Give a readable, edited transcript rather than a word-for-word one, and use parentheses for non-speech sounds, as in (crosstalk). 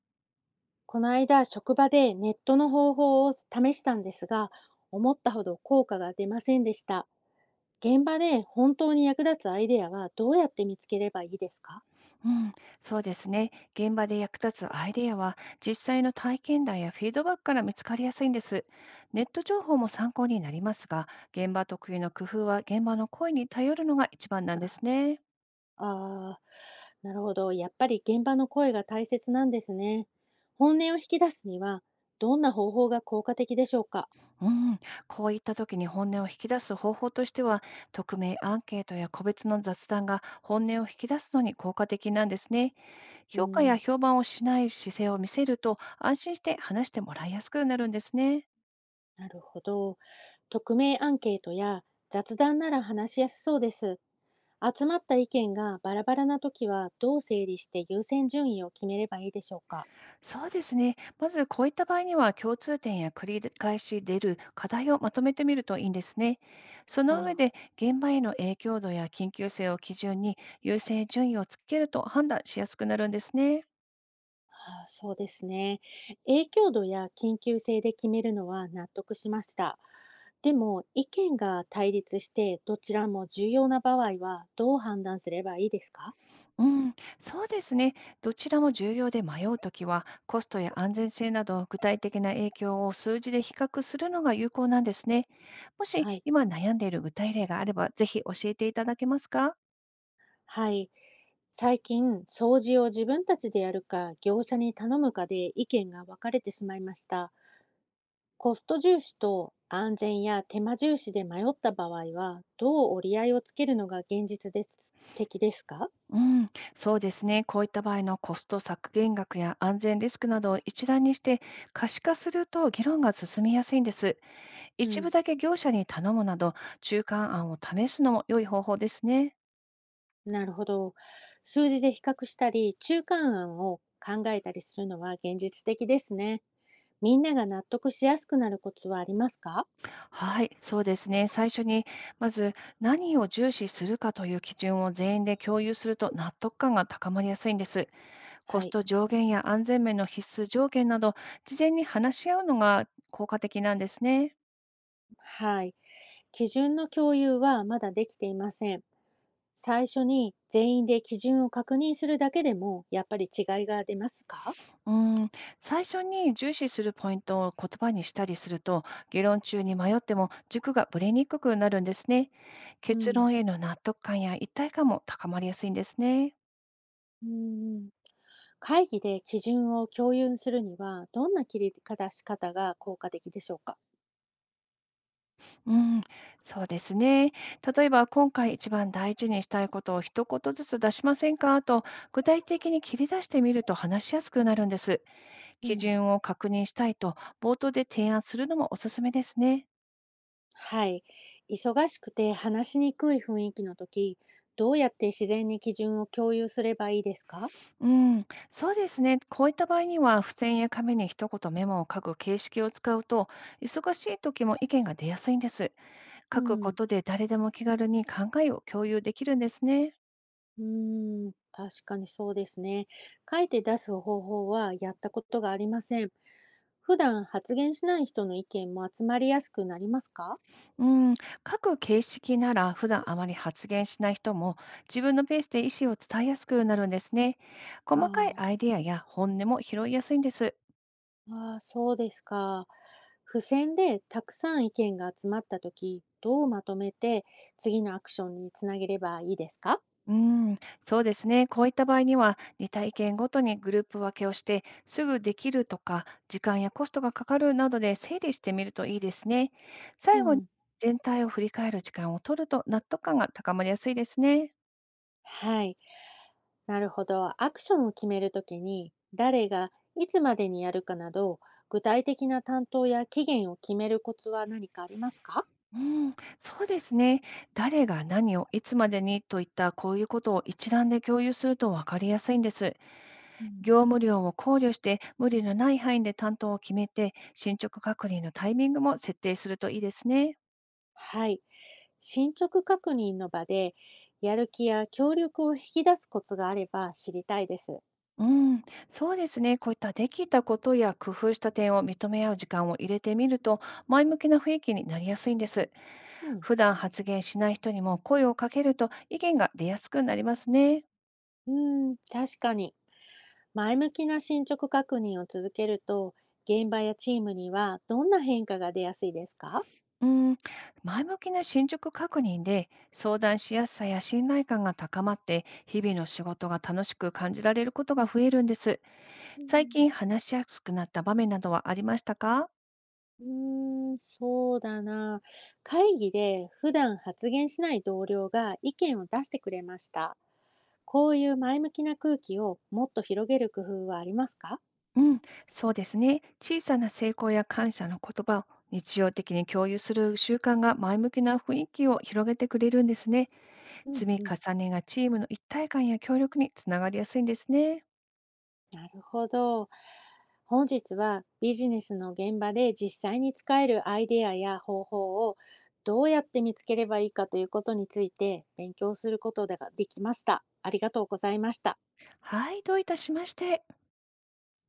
この間、職場でネットの方法を試したんですが、思ったほど効果が出ませんでした。現場で本当に役立つアイデアはどうやって見つければいいですか？うん、そうですね。現場で役立つアイデアは、実際の体験談やフィードバックから見つかりやすいんです。ネット情報も参考になりますが、現場特有の工夫は現場の声に頼るのが一番なあ んで (laughs) すね。あー、なるほど。やっぱり現場の声が大切なんですね。本音を引き出すには、どんな方法が効果的でしょうか？うん、こういった時に本音を引き出す方法としては、匿名アンケートや個別の雑談が本音を引き出すのに効果的なんですね。う評価やん、評判をしない姿勢を見せると、安心して話してもらいやすくなるんですね。なるほど。匿名アンケートや雑談なら話しやすそうです。集まった意見がバラバラな時はどう整理して優先順位を決めればいいでしょうか？そうですね。まず、こういった場合には、共通点や繰り返し出る課題をまとめてみるといいんですね。そはの上あ、で、現場への影響度や緊急性を基準に優先順位をつけると判断しやすくなるんですね。はあ、そうですね。影響度や緊急性で決めるのは納得しました。でも意見が対立してどちらも重要な場合はどう判断すればいいですか？うん、そうですね。どちらも重要で迷うときは、コストや安全性など具体的な影響を数字で比較するのが有効なんですね。もしはい。今悩んでいる具体例があれば、ぜひ教えていただけますか？はい。最近、掃除を自分たちでやるか業者に頼むかで意見が分かれてしまいました。コスト重視と安全や手間重視で迷った場合は、どう折り合いをつけるのが現実です的ですか？うん、そうですね。こういった場合のコスト削減額や安全リスクなどを一覧にして可視化すると議論が進みやすいんです。う一部ん、だけ業者に頼むなど中間案を試すのも良い方法ですね。なるほど。数字で比較したり、中間案を考えたりするのは現実的ですね。みんなが納得しやすくなるコツはありますか？はい、そうですね。最初にまず何を重視するかという基準を全員で共有すると納得感が高まりやすいんです。コはスい。ト上限や安全面の必須条件など事前に話し合うのが効果的なんですね。はい。基準の共有はまだできていません。最初に全員で基準を確認するだけでも、やっぱり違いが出ますか？うーん、最初に重視するポイントを言葉にしたりすると、議論中に迷っても軸がぶれにくくなるんですね。う結ん。論への納得感や一体感も高まりやすいんですね。うん。うん。会議で基準を共有するには、どんな切り方し方が効果的でしょうか？うん、そうですね。例えば、今回一番大事にしたいことを一言ずつ出しませんかと、具体的に切り出してみると話しやすくなるんです。う基ん、準を確認したいと、冒頭で提案するのもおすすめですね。はい。忙しくて話しにくい雰囲気の時、どうやって自然に基準を共有すればいいですか？うん、そうですね。こういった場合には、付箋や紙に一言メモを書く形式を使うと、忙しい時も意見が出やすいんです。う書くこん、とで誰でも気軽に考えを共有できるんですね。うーん、確かにそうですね。書いて出す方法はやったことがありません。普段発言しない人の意見も集まりやすくなりますか？うん、書く形式なら、普段あまり発言しない人も、自分のペースで意思を伝えやすくなるんですね。あ、細かいアイデアや本音も拾いやすいんです。ああー、そうですか。付箋でたくさん意見が集まった時、どうまとめて次のアクションにつなげればいいですか？うん、そうですね。こういった場合には、似体験ごとにグループ分けをして、すぐできるとか、時間やコストがかかるなどで整理してみるといいですね。う最後にん。全体を振り返る時間を取ると納得感が高まりやすいですね。はい、なるほど。アクションを決めるときに、誰がいつまでにやるかなど、具体的な担当や期限を決めるコツは何かありますか？うん、そうですね。誰が何をいつまでにといったこういうことを一覧で共有すると分かりやすいんです。うん。業務量を考慮して無理のない範囲で担当を決めて進捗確認のタイミングも設定するといいですね。はい、進捗確認の場で、やる気や協力を引き出すコツがあれば知りたいです。うん、そうですね。こういったできたことや工夫した点を認め合う時間を入れてみると、前向きな雰囲気になりやすいんです。うん。普段発言しない人にも声をかけると意見が出やすくなりますね。うん、確かに。前向きな進捗確認を続けると、現場やチームにはどんな変化が出やすいですか？うん、前向きな進捗確認で相談しやすさや信頼感が高まって、日々の仕事が楽しく感じられることが増えるんです。う最ん、近話しやすくなった場面などはありましたか？うーん、そうだな。会議で普段発言しない同僚が意見を出してくれました。こういう前向きな空気をもっと広げる工夫はありますか？うん、そうですね。小さな成功や感謝の言葉を日常的に共有する習慣が前向きな雰囲気を広げてくれるんですね。う積ん、みうん、重ねがチームの一体感や協力につながりやすいんですね。なるほど。本日はビジネスの現場で実際に使えるアイデアや方法をどうやって見つければいいかということについて勉強することができました。ありがとうございました。はい、どういたしまして。